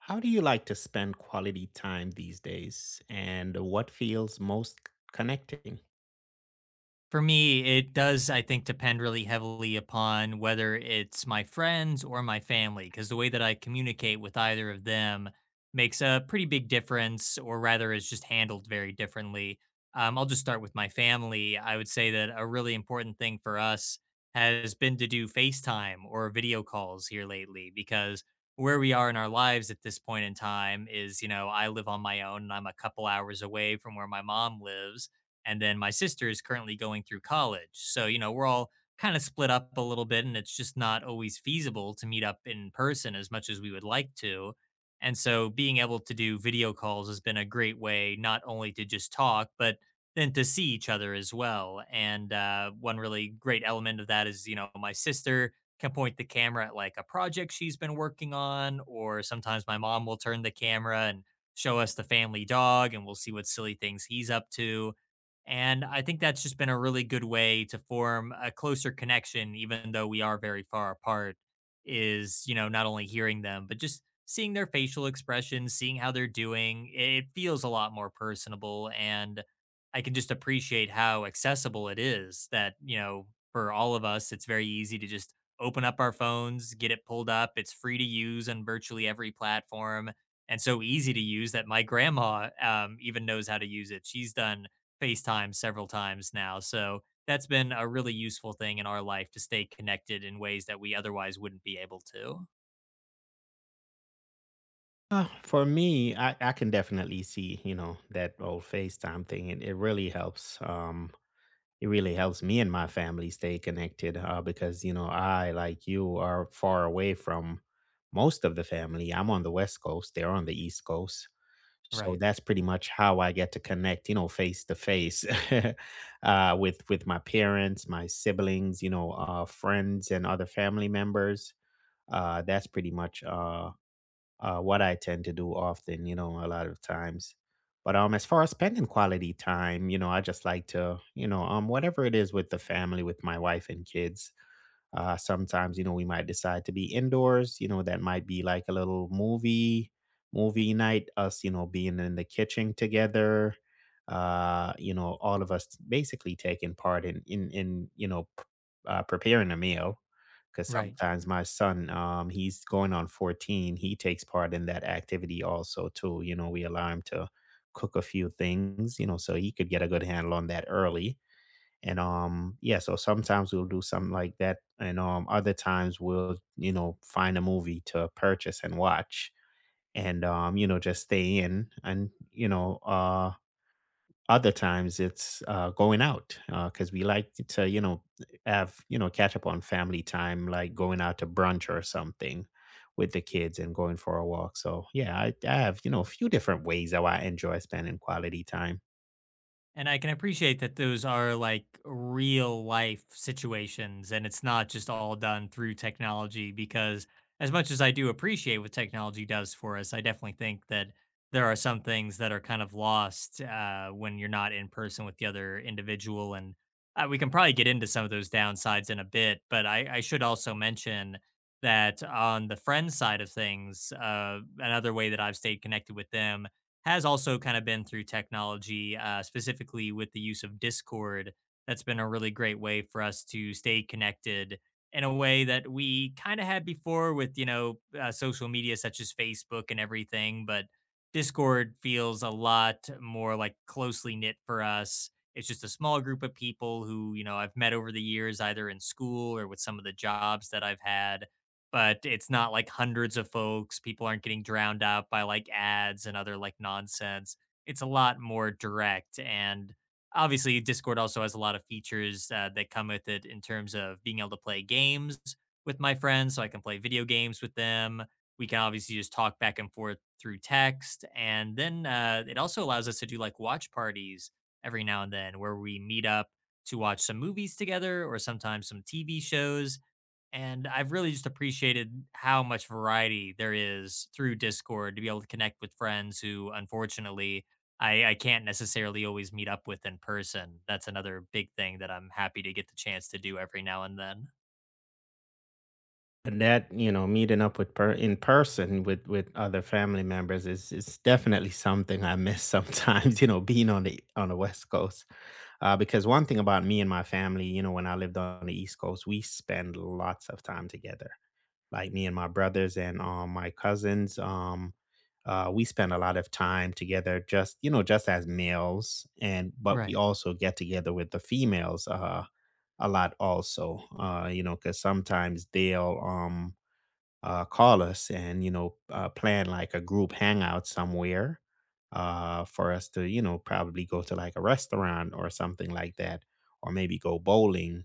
How do you like to spend quality time these days and what feels most connecting? For me, it does, I think, depend really heavily upon whether it's my friends or my family, because the way that I communicate with either of them makes a pretty big difference, or rather, is just handled very differently. I'll just start with my family. I would say that a really important thing for us has been to do FaceTime or video calls here lately, because where we are in our lives at this point in time is, you know, I live on my own and I'm a couple hours away from where my mom lives, and then my sister is currently going through college. So, you know, we're all kind of split up a little bit, and it's just not always feasible to meet up in person as much as we would like to. And so being able to do video calls has been a great way not only to just talk, but then to see each other as well. And one really great element of that is, you know, my sister can point the camera at like a project she's been working on, or sometimes my mom will turn the camera and show us the family dog, and we'll see what silly things he's up to. And I think that's just been a really good way to form a closer connection, even though we are very far apart, is, you know, not only hearing them, but just seeing their facial expressions, seeing how they're doing. It feels a lot more personable. And I can just appreciate how accessible it is that, you know, for all of us, it's very easy to just open up our phones, get it pulled up. It's free to use on virtually every platform and so easy to use that my grandma even knows how to use it. She's done FaceTime several times now. So that's been a really useful thing in our life to stay connected in ways that we otherwise wouldn't be able to. For me, I can definitely see, you know, that old FaceTime thing. It really helps. It really helps me and my family stay connected because, you know, I, like you, are far away from most of the family. I'm on the West Coast, they're on the East Coast. So Right. that's pretty much how I get to connect, you know, face to face with my parents, my siblings, you know, friends, and other family members. That's pretty much what I tend to do often, you know, a lot of times. But as far as spending quality time, you know, I just like to, you know, whatever it is with the family, with my wife and kids, sometimes, you know, we might decide to be indoors. You know, that might be like a little movie night. Us, you know, being in the kitchen together. You know, all of us basically taking part in you know preparing a meal. Because Right. sometimes my son, he's going on 14. He takes part in that activity also too. You know, we allow him to cook a few things. You know, so he could get a good handle on that early, and yeah, so sometimes we'll do something like that. And other times we'll, you know, find a movie to purchase and watch and you know, just stay in and other times it's going out because we like to, you know, have, you know, catch up on family time, like going out to brunch or something with the kids and going for a walk. So yeah, I have, you know, a few different ways how I enjoy spending quality time. And I can appreciate that those are like real life situations, and it's not just all done through technology, because as much as I do appreciate what technology does for us, I definitely think that there are some things that are kind of lost when you're not in person with the other individual. And we can probably get into some of those downsides in a bit, but I should also mention that on the friend side of things, another way that I've stayed connected with them has also kind of been through technology, specifically with the use of Discord. That's been a really great way for us to stay connected in a way that we kind of had before with, you know, social media such as Facebook and everything. But Discord feels a lot more like closely knit for us. It's just a small group of people who, you know, I've met over the years, either in school or with some of the jobs that I've had, but it's not like hundreds of folks. People aren't getting drowned out by like ads and other like nonsense. It's a lot more direct. And obviously, Discord also has a lot of features that come with it in terms of being able to play games with my friends. So I can play video games with them. We can obviously just talk back and forth through text. And then it also allows us to do like watch parties every now and then, where we meet up to watch some movies together, or sometimes some TV shows. And I've really just appreciated how much variety there is through Discord to be able to connect with friends who, unfortunately, I can't necessarily always meet up with in person. That's another big thing that I'm happy to get the chance to do every now and then. And that, you know, meeting up with per in person with other family members is definitely something I miss sometimes, you know, being on the West Coast. Because one thing about me and my family, you know, when I lived on the East Coast, we spend lots of time together. Like me and my brothers and my cousins, we spend a lot of time together, just you know, just as males, and but we Right. also get together with the females, a lot also, you know, because sometimes they'll call us and you know plan like a group hangout somewhere, for us to you know probably go to like a restaurant or something like that, or maybe go bowling.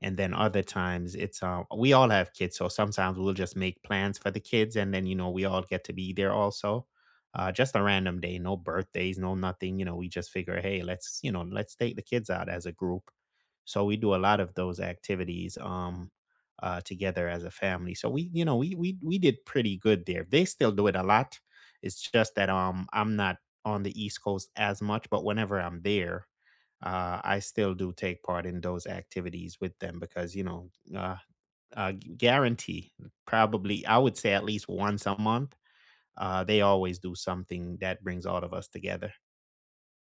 And then other times it's we all have kids, so sometimes we'll just make plans for the kids and then you know we all get to be there also. Just a random day, no birthdays, no nothing, you know, we just figure, hey, let's, you know, let's take the kids out as a group. So we do a lot of those activities together as a family. So we, you know, we did pretty good there. They still do it a lot. It's just that I'm not on the East Coast as much, but whenever I'm there, I still do take part in those activities with them because, you know, uh, guarantee probably, I would say at least once a month, they always do something that brings all of us together.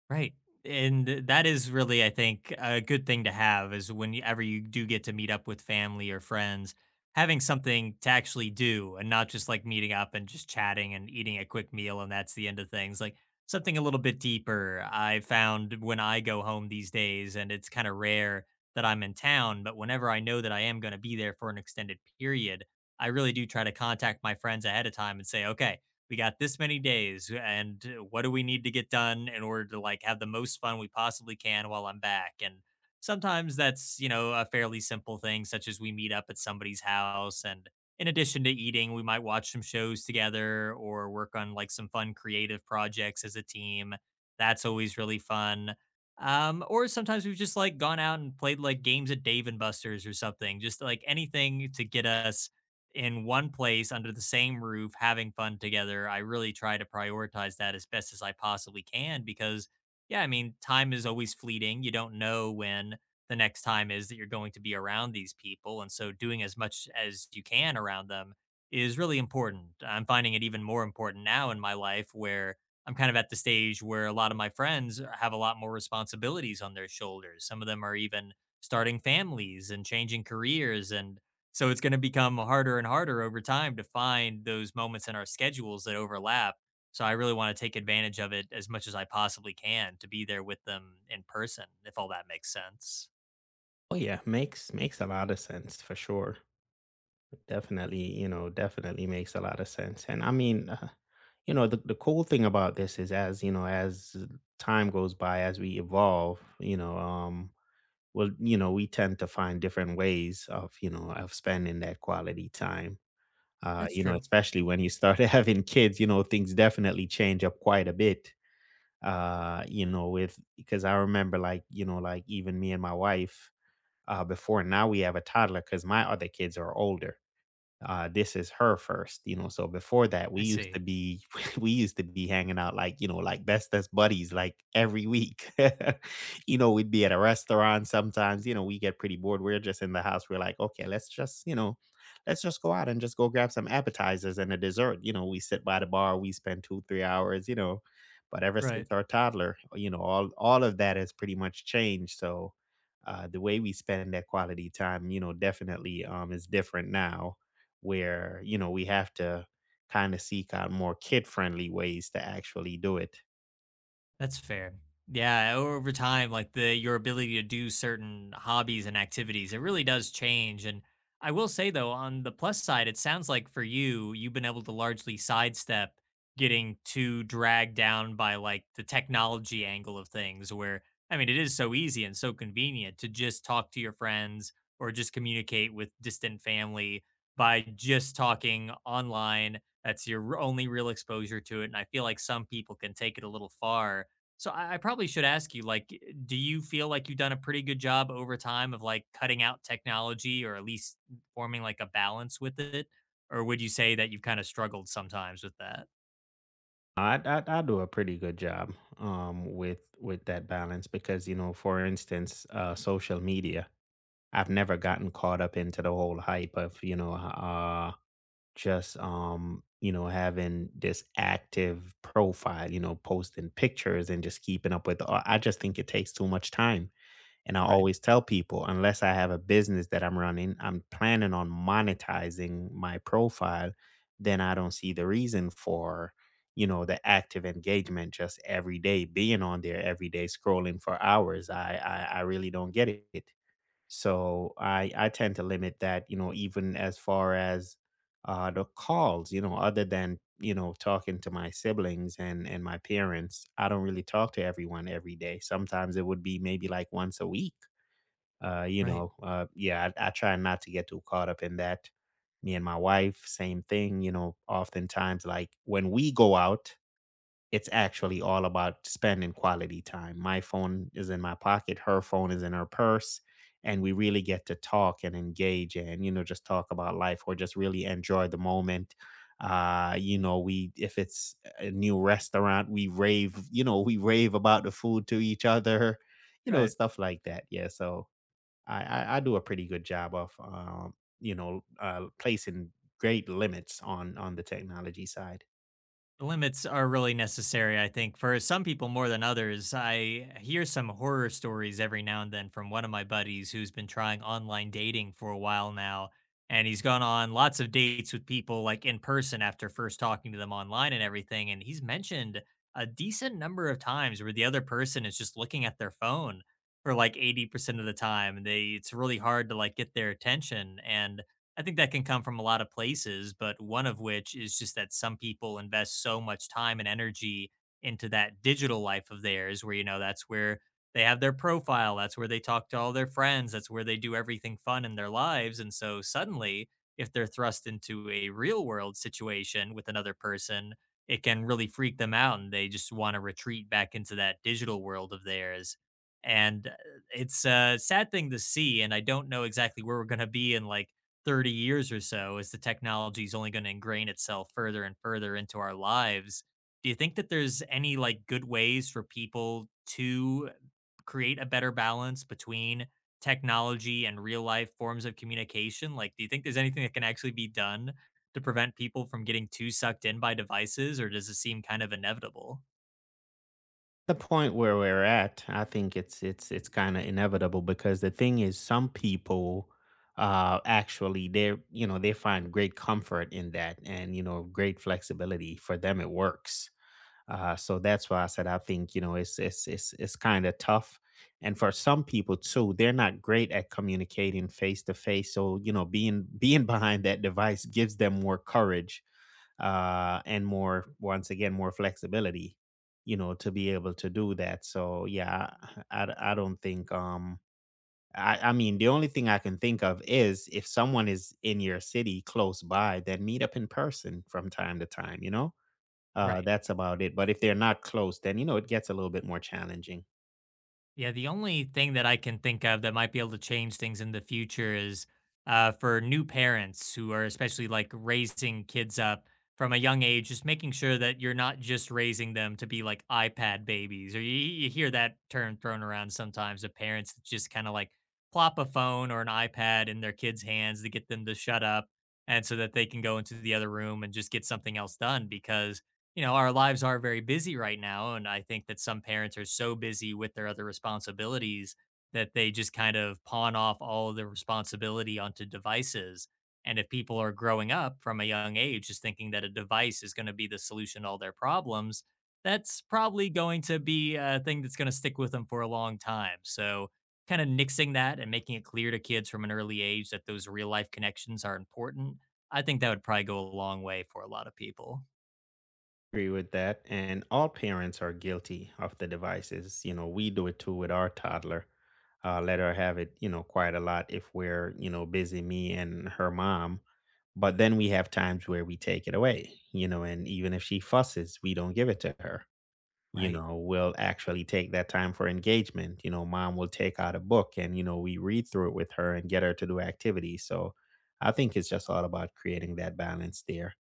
Right. And that is really, I think, a good thing to have, is whenever you do get to meet up with family or friends, having something to actually do, and not just like meeting up and just chatting and eating a quick meal, and that's the end of things. Like something a little bit deeper. I found when I go home these days, and it's kind of rare that I'm in town, but whenever I know that I am going to be there for an extended period, I really do try to contact my friends ahead of time and say, okay, we got this many days, and what do we need to get done in order to like have the most fun we possibly can while I'm back? And sometimes that's, you know, a fairly simple thing, such as we meet up at somebody's house and in addition to eating we might watch some shows together or work on like some fun creative projects as a team. That's always really fun. Or sometimes we've just like gone out and played like games at Dave and Buster's or something, just like anything to get us in one place under the same roof having fun together. I really try to prioritize that as best as I possibly can because, yeah, I mean, time is always fleeting. You don't know when the next time is that you're going to be around these people. And so doing as much as you can around them is really important. I'm finding it even more important now in my life, where I'm kind of at the stage where a lot of my friends have a lot more responsibilities on their shoulders. Some of them are even starting families and changing careers, and so it's going to become harder and harder over time to find those moments in our schedules that overlap. So I really want to take advantage of it as much as I possibly can to be there with them in person, if all that makes sense. Oh yeah, makes a lot of sense for sure. Definitely, you know, definitely makes a lot of sense. And I mean, you know, the cool thing about this is as, you know, as time goes by, as we evolve, you know, well, you know, we tend to find different ways of, you know, of spending that quality time. That's You know, true. especially when you start having kids, you know, things definitely change up quite a bit. You know, with because I remember, like, you know, like even me and my wife, before now we have a toddler because my other kids are older. This is her first, you know, so before that, we I used to see. be we used to be hanging out like, you know, like best as buddies, like every week. You know, we'd be at a restaurant sometimes, you know, we get pretty bored. We're just in the house. We're like, okay, let's just, you know, let's just go out and just go grab some appetizers and a dessert. You know, we sit by the bar, we spend two, 3 hours, you know. But ever Right. since our toddler, you know, all of that has pretty much changed. So the way we spend that quality time, you know, definitely is different now, where, you know, we have to kind of seek out more kid-friendly ways to actually do it. That's fair. Yeah, over time, like, the your ability to do certain hobbies and activities, it really does change. And I will say though, on the plus side, it sounds like for you, you've been able to largely sidestep getting too dragged down by like the technology angle of things, where, I mean, it is so easy and so convenient to just talk to your friends or just communicate with distant family by just talking online. That's your only real exposure to it. And I feel like some people can take it a little far, so I probably should ask you, like, do you feel like you've done a pretty good job over time of like cutting out technology, or at least forming like a balance with it? Or would you say that you've kind of struggled sometimes with that? I do a pretty good job with that balance, because you know, for instance, social media, I've never gotten caught up into the whole hype of, you know, just you know, having this active profile, you know, posting pictures and just keeping up with, I just think it takes too much time. And I Right. always tell people, unless I have a business that I'm running, I'm planning on monetizing my profile, then I don't see the reason for, you know, the active engagement, just every day, being on there every day, scrolling for hours. I really don't get it. So I tend to limit that, you know, even as far as the calls, you know, other than, you know, talking to my siblings and my parents, I don't really talk to everyone every day. Sometimes it would be maybe like once a week. Right. Yeah, I try not to get too caught up in that. Me and my wife, same thing. You know, oftentimes, like when we go out, it's actually all about spending quality time. My phone is in my pocket, her phone is in her purse, and we really get to talk and engage and, you know, just talk about life or just really enjoy the moment. You know, if it's a new restaurant, you know, we rave about the food to each other, you know, Right. stuff like that. Yeah. So, I do a pretty good job of, you know, placing great limits on the technology side. Limits are really necessary, I think, for some people more than others. I hear some horror stories every now and then from one of my buddies who's been trying online dating for a while now. And he's gone on lots of dates with people like in person after first talking to them online and everything. And he's mentioned a decent number of times where the other person is just looking at their phone for like 80% of the time. And they, it's really hard to like get their attention. And I think that can come from a lot of places, but one of which is just that some people invest so much time and energy into that digital life of theirs, where, you know, that's where they have their profile, that's where they talk to all their friends, that's where they do everything fun in their lives. And so suddenly, if they're thrust into a real world situation with another person, it can really freak them out, and they just want to retreat back into that digital world of theirs. And it's a sad thing to see. And I don't know exactly where we're going to be in, like, 30 years or so, as the technology is only going to ingrain itself further and further into our lives. Do you think that there's any like good ways for people to create a better balance between technology and real life forms of communication? Like, do you think there's anything that can actually be done to prevent people from getting too sucked in by devices, or does it seem kind of inevitable? The point where we're at, I think it's kind of inevitable, because the thing is, some people actually, they're, you know, they find great comfort in that, and you know, great flexibility, for them it works. So that's why I said, I think, you know, it's kind of tough, and for some people too, they're not great at communicating face to face. So you know, being being behind that device gives them more courage, and more, once again, more flexibility, you know, to be able to do that. So yeah, I don't think, I mean, the only thing I can think of is if someone is in your city close by, then meet up in person from time to time. You know. Right. That's about it. But if they're not close, then you know it gets a little bit more challenging. Yeah, the only thing that I can think of that might be able to change things in the future is, for new parents who are especially like raising kids up from a young age, just making sure that you're not just raising them to be like iPad babies, or you, hear that term thrown around sometimes of parents that just kind of like plop a phone or an iPad in their kids' hands to get them to shut up, and so that they can go into the other room and just get something else done, because, you know, our lives are very busy right now. And I think that some parents are so busy with their other responsibilities that they just kind of pawn off all of the responsibility onto devices. And if people are growing up from a young age just thinking that a device is going to be the solution to all their problems, that's probably going to be a thing that's going to stick with them for a long time. So, kind of nixing that and making it clear to kids from an early age that those real life connections are important, I think that would probably go a long way for a lot of people. Agree with that. And all parents are guilty of the devices. You know, we do it too with our toddler. Let her have it, you know, quite a lot if we're, you know, busy, me and her mom. But then we have times where we take it away, you know, and even if she fusses, we don't give it to her. You Right. know, we'll actually take that time for engagement. You know, mom will take out a book and, you know, we read through it with her and get her to do activities. So I think it's just all about creating that balance there,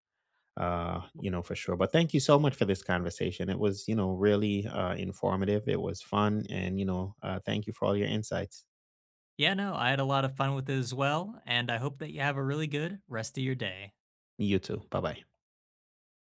you know, for sure. But thank you so much for this conversation. It was, you know, really informative. It was fun. And, you know, thank you for all your insights. Yeah, no, I had a lot of fun with it as well, and I hope that you have a really good rest of your day. You too. Bye bye.